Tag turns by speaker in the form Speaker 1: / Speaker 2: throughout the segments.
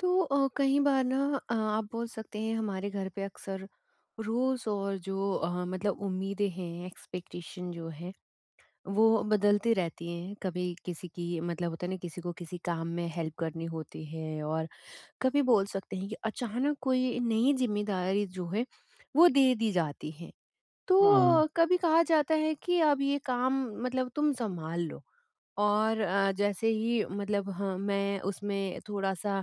Speaker 1: तो कई बार ना आप बोल सकते हैं, हमारे घर पे अक्सर रूल्स और जो मतलब उम्मीदें हैं, एक्सपेक्टेशन जो है वो बदलती रहती हैं। कभी किसी की मतलब होता है ना, किसी को किसी काम में हेल्प करनी होती है, और कभी बोल सकते हैं कि अचानक कोई नई जिम्मेदारी जो है वो दे दी जाती है। तो
Speaker 2: हाँ।
Speaker 1: कभी कहा जाता है कि अब ये काम मतलब तुम सँभाल लो। और जैसे ही मतलब, हाँ, मैं उसमें थोड़ा-सा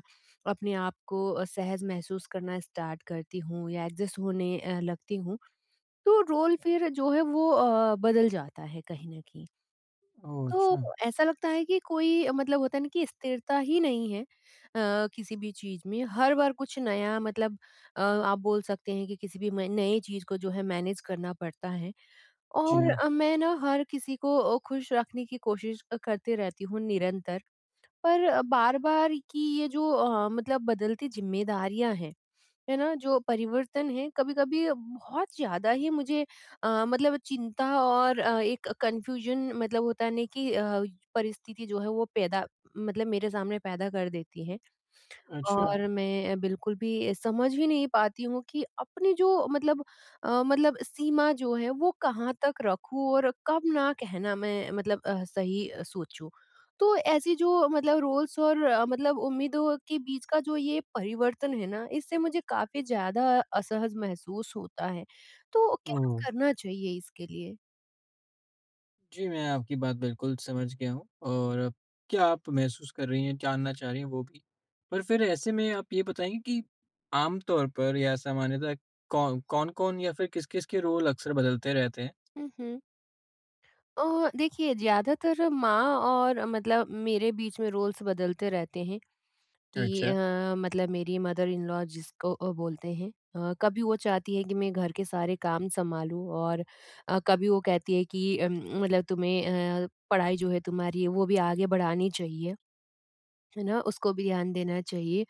Speaker 1: अपने आप को सहज महसूस करना स्टार्ट करती हूँ या एडजस्ट होने लगती हूँ, तो रोल फिर जो है वो बदल जाता है कहीं न कहीं।
Speaker 2: ओह!
Speaker 1: तो
Speaker 2: अच्छा।
Speaker 1: ऐसा लगता है कि कोई मतलब होता है ना कि स्थिरता ही नहीं है किसी भी चीज़ में। हर बार कुछ नया मतलब, आप बोल सकते हैं कि किसी भी म नई चीज़ को जो है मैनेज करना पड़ता है।
Speaker 2: जी
Speaker 1: और
Speaker 2: हाँ।
Speaker 1: मैं ना हर किसी को खुश रखने की कोशिश करते रहती हूँ निरंतर। पर बार-बार की ये जो मतलब बदलती ज़िम्मेदारियाँ हैं, है ना? जो परिवर्तन है, कभी-कभी बहुत ज़्यादा ही मुझे मतलब चिंता और एक कन्फ्यूज़न मतलब होता है ना कि परिस्थिति जो है वो पैदा मतलब मेरे सामने पैदा कर देती है।
Speaker 2: अच्छा।
Speaker 1: और मैं बिल्कुल भी समझ ही नहीं पाती हूँ कि अपनी जो मतलब मतलब सीमा जो है वो कहाँ तक रखूँ और कब ना कहना मैं मतलब सही सोचूँ। तो ऐसी जो मतलब रोल्स और मतलब उम्मीदों के बीच का जो ये परिवर्तन है ना, इससे मुझे काफ़ी ज़्यादा असहज महसूस होता है। तो क्या
Speaker 2: ओह!
Speaker 1: करना चाहिए इसके लिए?
Speaker 2: जी, मैं आपकी बात बिल्कुल समझ गया हूँ और क्या आप महसूस कर रही हैं, जानना चाह रही हैं वो भी। पर फिर ऐसे में आप ये बताएँगी कि आम तौर पर या सामान्यतः कौन-कौन या फिर किस-किस के रोल अक्सर बदलते रहते हैं?
Speaker 1: हुँ, हुँ। देखिए, ज़्यादातर माँ और मतलब मेरे बीच में रोल्स बदलते रहते हैं। कि
Speaker 2: अच्छा।
Speaker 1: मतलब, मेरी मदर इन लॉ जिसको बोलते हैं। कभी वो चाहती है कि मैं घर के सारे काम संभालूँ, और कभी वो कहती है कि मतलब तुम्हें पढ़ाई जो है तुम्हारी, वो भी आगे बढ़ानी चाहिए, है ना? उसको भी ध्यान देना चाहिए।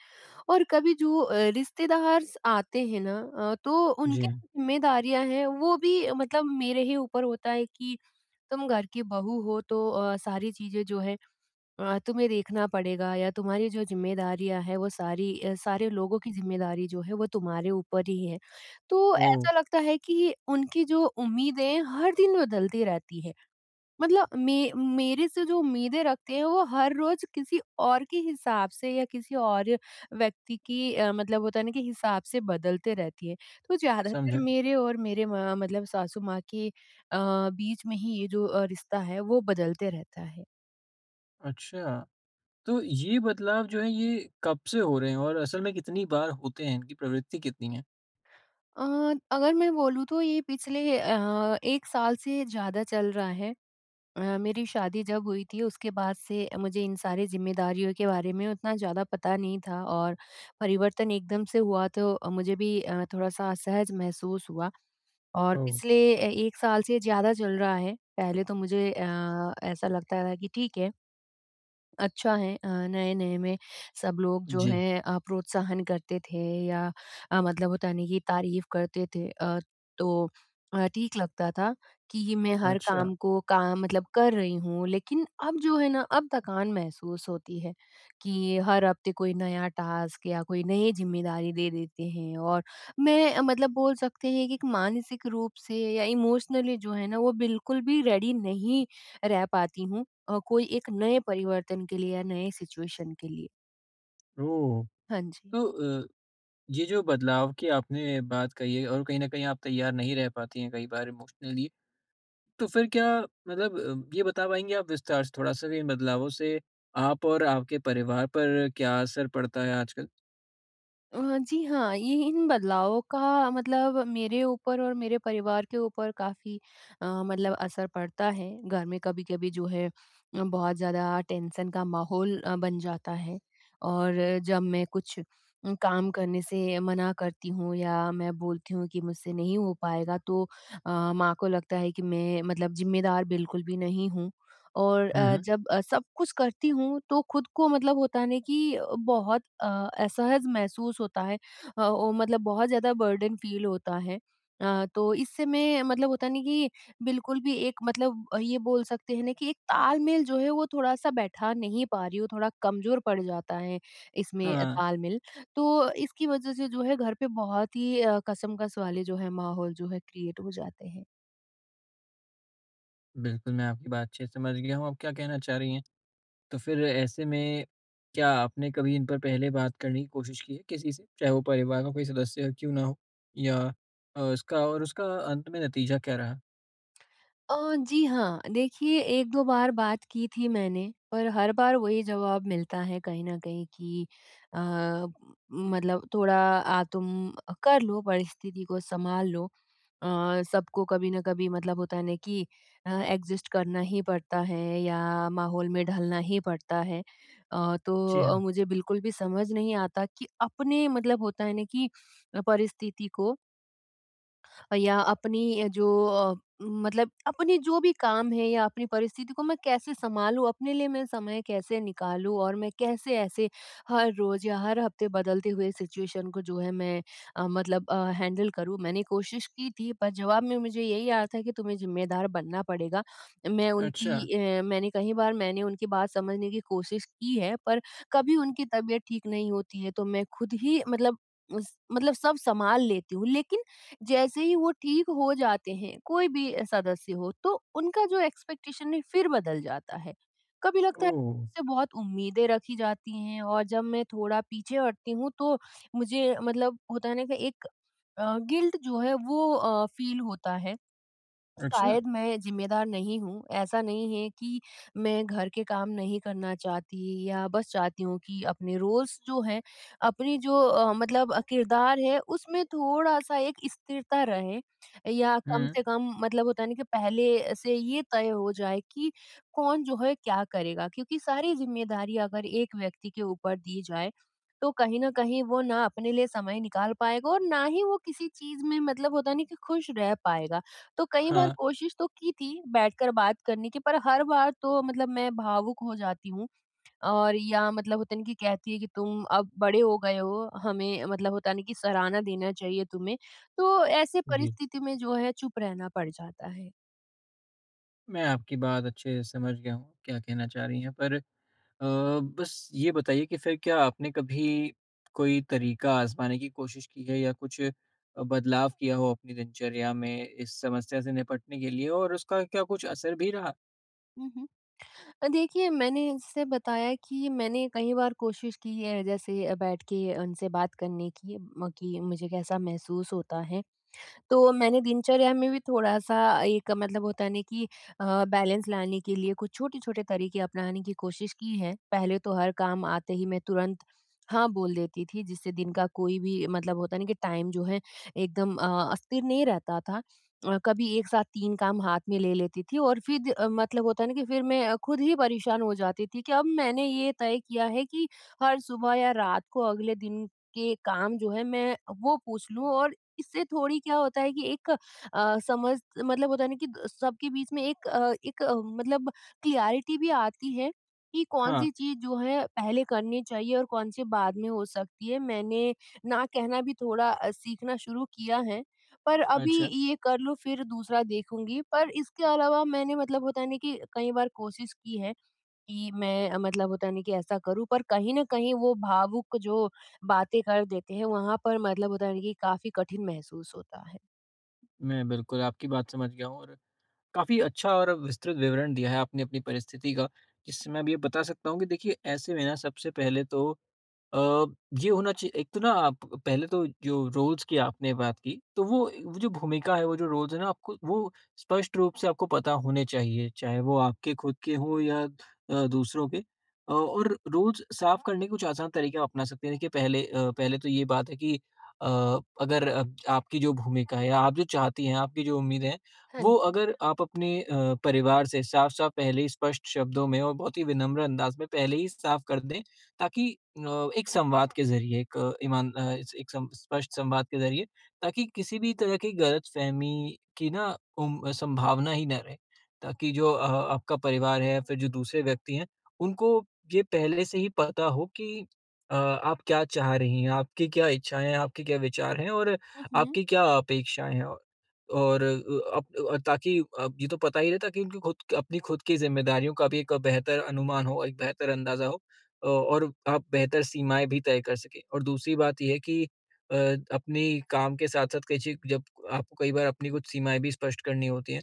Speaker 1: और कभी जो रिश्तेदार आते हैं ना तो
Speaker 2: जी
Speaker 1: उनकी
Speaker 2: हाँ।
Speaker 1: ज़िम्मेदारियाँ हैं वो भी मतलब मेरे ही ऊपर होता है कि तुम घर की बहू हो, तो सारी चीज़ें जो है तुम्हें देखना पड़ेगा या तुम्हारी जो ज़िम्मेदारियाँ हैं वो सारी सारे लोगों की ज़िम्मेदारी जो है वो तुम्हारे ऊपर ही है। तो
Speaker 2: ओह!
Speaker 1: ऐसा लगता है कि उनकी जो उम्मीदें हर दिन बदलती रहती है। मतलब मे मेरे से जो उम्मीदें रखते हैं वो हर रोज़ किसी और के हिसाब से या किसी और व्यक्ति की मतलब होता है ना कि हिसाब से बदलते रहती है। तो ज़्यादातर
Speaker 2: समझा।
Speaker 1: मेरे और मेरे माँ मतलब सासू माँ के बीच में ही ये जो रिश्ता है वो बदलते रहता है।
Speaker 2: अच्छा। तो ये बदलाव जो है ये कब से हो रहे हैं और असल में कितनी बार होते हैं? इनकी प्रवृत्ति कितनी है?
Speaker 1: अ, अगर मैं बोलूँ तो ये पिछले 1 साल से ज़्यादा चल रहा है। मेरी शादी जब हुई थी उसके बाद से मुझे इन सारी ज़िम्मेदारियों के बारे में उतना ज़्यादा पता नहीं था, और परिवर्तन एकदम से हुआ, तो मुझे भी थोड़ा-सा असहज महसूस हुआ, और
Speaker 2: ओह!
Speaker 1: पिछले ए 1 साल से ज़्यादा चल रहा है। पहले तो मुझे ऐसा लगता था कि ठीक है। अच्छा है, नए-नए में सब लोग जो
Speaker 2: जी।
Speaker 1: हैं प्रोत्साहन करते थे, या मतलब होता नहीं कि तारीफ़ करते थे, तो ठीक लगता था कि मैं हर
Speaker 2: अच्छा।
Speaker 1: काम को काम मतलब कर रही हूँ। लेकिन अब जो है ना, अब थकान महसूस होती है कि हर हफ्ते कोई नया टास्क या कोई नई ज़िम्मेदारी दे देते हैं, और मैं मतलब बोल सकते हैं कि एक मानसिक रूप से या इमोशनली जो है ना वो बिल्कुल भी रेडी नहीं रह पाती हूँ। कोई एक नए परिवर्तन के लिए या नए सिचुएशन के लिए?
Speaker 2: ओह!
Speaker 1: हाँ जी।
Speaker 2: तो अ ये जो बदलाव की आपने बात कही है और कहीं न कहीं आप तैयार नहीं रह पाती हैं कई बार इमोशनली, तो फिर क्या मतलब ये बता पाएँगी आप विस्तार से थोड़ा-सा भी इन बदलावों से आप और आपके परिवार पर क्या असर पड़ता है आजकल?
Speaker 1: जी हाँ, ये इन बदलावों का मतलब मेरे ऊपर और मेरे परिवार के ऊपर काफ़ी मतलब असर पड़ता है। घर में कभी-कभी जो है बहुत ज़्यादा टेंशन का माहौल बन जाता है, और जब मैं कुछ काम करने से मना करती हूँ या मैं बोलती हूँ कि मुझसे नहीं हो पाएगा, तो माँ को लगता है कि मैं मतलब ज़िम्मेदार बिल्कुल भी नहीं हूँ। और
Speaker 2: हुँ, हुँ।
Speaker 1: जब सब कुछ करती हूँ तो खुद को मतलब होता है ना कि बहुत असहज महसूस होता है, अ, ओ मतलब बहुत ज़्यादा बर्डन फील होता है। तो इससे मैं मतलब होता नहीं कि बिल्कुल भी एक मतलब ये बोल सकते हैं ना कि एक तालमेल जो है वो थोड़ा-सा बैठा नहीं पा रही हूँ, थोड़ा कमज़ोर पड़ जाता है इसमें
Speaker 2: हाँ,
Speaker 1: तालमेल। तो इसकी वज़ह से जो है घर पे बहुत ही कशमकश वाले जो है माहौल जो है क्रिएट हो जाते हैं।
Speaker 2: बिल्कुल मैं आपकी बात अच्छे से समझ गया हूँ, आप क्या कहना चाह रही हैं। तो फिर ऐसे में क्या आपने कभी इन पर पहले बात करने की कोशिश की है किसी से? चाहे वो परिवार का कोई सदस्य क्यों ना हो या उसका और उसका अंत में नतीजा क्या रहा?
Speaker 1: जी हाँ। देखिए, 1-2 बार बात की थी मैंने, पर हर बार वही जवाब मिलता है कहीं न कहीं कि अ, मतलब थोड़ा तुम कर लो, परिस्थिति को सँभाल लो। सबको कभी न कभी मतलब होता है ना कि एडजस्ट करना ही पड़ता है या माहौल में ढलना ही पड़ता है। तो
Speaker 2: जी हाँ।
Speaker 1: मुझे बिल्कुल भी समझ नहीं आता कि अपने मतलब होता है ना कि परिस्थिति को, या अपनी जो मतलब अपनी जो भी काम है या अपनी परिस्थिति को मैं कैसे संभालूँ, अपने लिए मैं समय कैसे निकालूँ, और मैं कैसे ऐसे हर रोज़ या हर हफ्ते बदलते हुए सिचुएशन को जो है मैं मतलब हैंडल करूँ। मैंने कोशिश की थी, पर जवाब में मुझे यही आया था कि तुम्हें ज़िम्मेदार बनना पड़ेगा।
Speaker 2: अच्छा,
Speaker 1: मैंने कई बार मैंने उनकी बात समझने की कोशिश की है, पर कभी उनकी तबीयत ठीक नहीं होती है, तो मैं खुद ही मतलब उस मतलब सब संभाल लेती हूँ। लेकिन जैसे ही वो ठीक हो जाते हैं, कोई भी सदस्य हो, तो उनका जो एक्सपेक्टेशन है फिर बदल जाता है। कभी लगता है
Speaker 2: ओह!
Speaker 1: मुझसे बहुत उम्मीदें रखी जाती हैं, और जब मैं थोड़ा पीछे हटती हूँ तो मुझे मतलब होता है ना कि एक गिल्ट जो है वो फील होता है।
Speaker 2: अच्छा,
Speaker 1: शायद मैं ज़िम्मेदार नहीं हूँ। ऐसा नहीं है कि मैं घर के काम नहीं करना चाहती, या बस चाहती हूँ कि अपने रोल्स जो हैं, अपनी जो मतलब किरदार है उसमें थोड़ा-सा एक स्थिरता रहे, या कम
Speaker 2: हुँ।
Speaker 1: से कम मतलब होता है ना कि पहले से ये तय हो जाए कि कौन जो है क्या करेगा। क्योंकि सारी ज़िम्मेदारी अगर एक व्यक्ति के ऊपर दी जाए, तो कहीं न कहीं वो ना अपने लिए समय निकाल पाएगा और ना ही वो किसी चीज़ में मतलब होता है ना कि खुश रह पाएगा। तो कई बार
Speaker 2: हाँ,
Speaker 1: कोशिश तो की थी बैठकर बात करने की, पर हर बार तो मतलब मैं भावुक हो जाती हूँ, और या मतलब होता नहीं कि कहती है कि तुम अब बड़े हो गए हो, हमें मतलब होता नहीं कि सराहना देना चाहिए तुम्हें, तो ऐसे
Speaker 2: जी।
Speaker 1: परिस्थिति में जो है चुप रहना पड़ जाता है।
Speaker 2: मैं आपकी बात अच्छे से समझ गया हूँ, क्या कहना चाह रही हैं पर अ, बस ये बताइए कि फिर क्या आपने कभी कोई तरीका आज़माने की कोशिश की है या कुछ बदलाव किया हो अपनी दिनचर्या में इस समस्या से निपटने के लिए और उसका क्या कुछ असर भी रहा?
Speaker 1: मम्म। देखिए, मैंने इससे बताया कि मैंने कई बार कोशिश की है जैसे बैठ के उनसे बात करने की, कि मुझे कैसा महसूस होता है। तो मैंने दिनचर्या में भी थोड़ा-सा एक मतलब होता है ना कि बैलेंस लाने के लिए कुछ छोटे-छोटे तरीके अपनाने की कोशिश की है। पहले तो हर काम आते ही मैं तुरंत हाँ बोल देती थी, जिससे दिन का कोई भी मतलब होता है ना कि टाइम जो है एकदम स्थिर नहीं रहता था। कभी एक साथ 3 काम हाथ में ले लेती थी, और फिर मतलब होता है ना कि फिर मैं खुद ही परेशान हो जाती थी। कि अब मैंने ये तय किया है कि हर सुबह या रात को अगले दिन के काम जो है मैं वो पूछ लूँ, और इससे थोड़ी क्या होता है कि एक समझ, मतलब होता है ना कि सबके बीच में एक मतलब क्लियरिटी भी आती है कि कौन
Speaker 2: हाँ,
Speaker 1: सी चीज जो है पहले करनी चाहिए और कौन सी बाद में हो सकती है। मैंने ना कहना भी थोड़ा सीखना शुरू किया है, पर अभी
Speaker 2: अच्छा,
Speaker 1: ये कर लूँ फिर दूसरा देखूंगी। पर इसके अलावा मैंने मतलब होता नहीं कि कई बार कोशिश की है कि मैं मतलब होता नहीं कि ऐसा करूँ, पर कहीं न कहीं वो भावुक जो बातें कर देते हैं, वहाँ पर मतलब होता नहीं कि काफ़ी कठिन महसूस होता है।
Speaker 2: मैं बिल्कुल आपकी बात समझ गया हूँ और काफ़ी अच्छा और विस्तृत विवरण दिया है आपने अपनी परिस्थिति का, जिससे मैं अब ये बता सकता हूँ कि देखिए ऐसे में ना सबसे पहले तो अ, ये होना चाहिए एक तो ना आप पहले तो जो रोल्स की आपने बात की, तो वो जो भूमिका है, वो जो रोल्स है ना आपको वो स्पष्ट रूप से आपको पता होने चाहिए, चाहे वो आपके खुद के हों या दूसरों के। और रोल्स साफ करने के कुछ आसान तरीके आप अपना सकते हैं। देखिए पहले पहले तो ये बात है कि अ, अगर आपकी जो भूमिका है या आप जो चाहती हैं, आपकी जो उम्मीदें हैं,
Speaker 1: हाँ
Speaker 2: वो
Speaker 1: जी।
Speaker 2: अगर आप अपने परिवार से साफ-साफ पहले ही स्पष्ट शब्दों में और बहुत ही विनम्र अंदाज में पहले ही साफ कर दें, ताकि एक संवाद के ज़रिए एक अ, ईमान अ, इस- एक सम स्पष्ट संवाद के ज़रिए, ताकि किसी भी तरह की गलतफ़हमी की ना संभावना ही ना रहे। ताकि जो आपका परिवार है या फिर जो दूसरे व्यक्ति हैं, उनको ये पहले से ही पता हो कि आप क्या चाह रही हैं, आपकी क्या इच्छाएँ हैं, आपके क्या विचार हैं और
Speaker 1: हुँ, हुँ।
Speaker 2: आपकी क्या अपेक्षाएँ हैं। और ताकि अब ये तो पता ही रहता कि उनकी खुद अपनी खुद की ज़िम्मेदारियों का भी एक बेहतर अनुमान हो, एक बेहतर अंदाज़ा हो और आप बेहतर सीमाएँ भी तय कर सकें। और दूसरी बात ये है कि अपनी काम के साथ-साथ कई चीज़ जब आपको कई बार अपनी कुछ सीमाएँ भी स्पष्ट करनी होती हैं,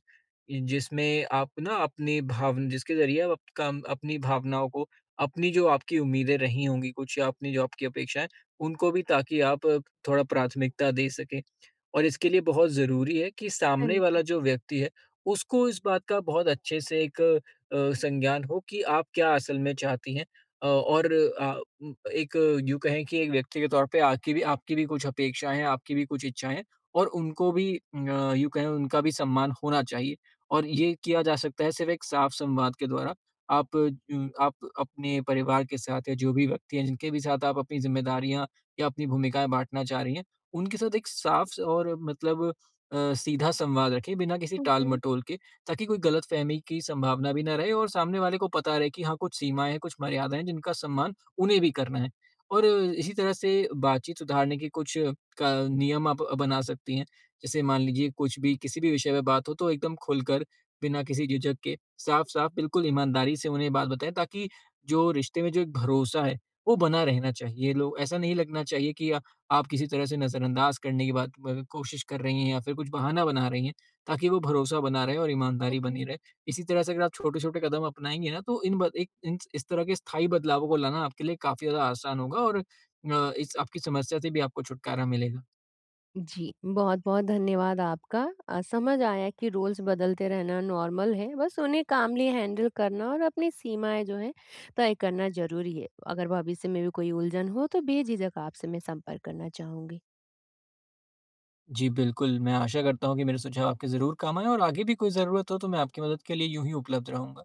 Speaker 2: जिसमें आप ना अपनी भावन जिसके ज़रिए आप अप- काम अपनी भावनाओं को, अपनी जो आपकी उम्मीदें रही होंगी कुछ या अपनी जो आपकी अपेक्षाएँ, उनको भी ताकि आप थोड़ा प्राथमिकता दे सकें। और इसके लिए बहुत ज़रूरी है कि
Speaker 1: हाँ
Speaker 2: सामने वाला
Speaker 1: जी।
Speaker 2: जो व्यक्ति है, उसको इस बात का बहुत अच्छे से एक संज्ञान हो कि आप क्या असल में चाहती हैं और एक यूँ कहें कि एक व्यक्ति के तौर पे आपकी भी कुछ अपेक्षाएँ हैं, आपकी भी कुछ इच्छाएँ हैं और उनको भी यूँ कहें उनका भी सम्मान होना चाहिए और ये किया जा सकता है सिर्फ़ एक साफ संवाद के द्वारा। आप आप अपने परिवार के साथ या जो भी व्यक्ति हैं, जिनके भी साथ आप अपनी ज़िम्मेदारियाँ या अपनी भूमिकाएँ बाँटना चाह रही हैं उनके साथ एक साफ और मतलब सीधा संवाद रखें बिना किसी
Speaker 1: हुँ, हुँ।
Speaker 2: टाल-मटोल के, ताकि कोई गलतफ़हमी की संभावना भी ना रहे और सामने वाले को पता रहे कि हाँ, कुछ सीमाएँ हैं, कुछ मर्यादाएँ हैं, जिनका सम्मान उन्हें भी करना है। और इसी तरह से बातचीत सुधारने के कुछ का नियम आप बना सकती हैं। जैसे मान लीजिए कुछ भी किसी भी विषय पे बात हो तो एकदम खुलकर, बिना किसी झिझक के, साफ-साफ बिल्कुल ईमानदारी से उन्हें बात बताएँ ताकि जो रिश्ते में जो एक भरोसा है, वो बना रहना चाहिए। लोग ऐसा नहीं लगना चाहिए कि आप किसी तरह से नज़रअंदाज करने की बात ब कोशिश कर रही हैं या फिर कुछ बहाना बना रही हैं, ताकि वो भरोसा बना रहे और
Speaker 1: हुँ,
Speaker 2: ईमानदारी
Speaker 1: हुँ।
Speaker 2: बनी रहे। इसी तरह से अगर आप छोटे-छोटे कदम अपनाएँगे ना तो इन ब एक इन इस तरह के स्थायी बदलावों को लाना आपके लिए काफ़ी ज़्यादा आसान होगा और अ, इस आपकी समस्या से भी आपको छुटकारा मिलेगा।
Speaker 1: जी, बहुत-बहुत धन्यवाद आपका। समझ आया कि रोल्स बदलते रहना नॉर्मल है, बस उन्हें कामली हैंडल करना और अपनी सीमाएँ जो हैं तय करना ज़रूरी है। अगर भविष्य में भी कोई उलझन हो तो बेझिझक आपसे मैं संपर्क करना चाहूँगी।
Speaker 2: जी, बिल्कुल, मैं आशा करता हूँ कि मेरे सुझाव आपके ज़रूर काम आएँ और आगे भी कोई ज़रूरत हो तो मैं आपकी मदद के लिए यूँ ही उपलब्ध रहूँगा।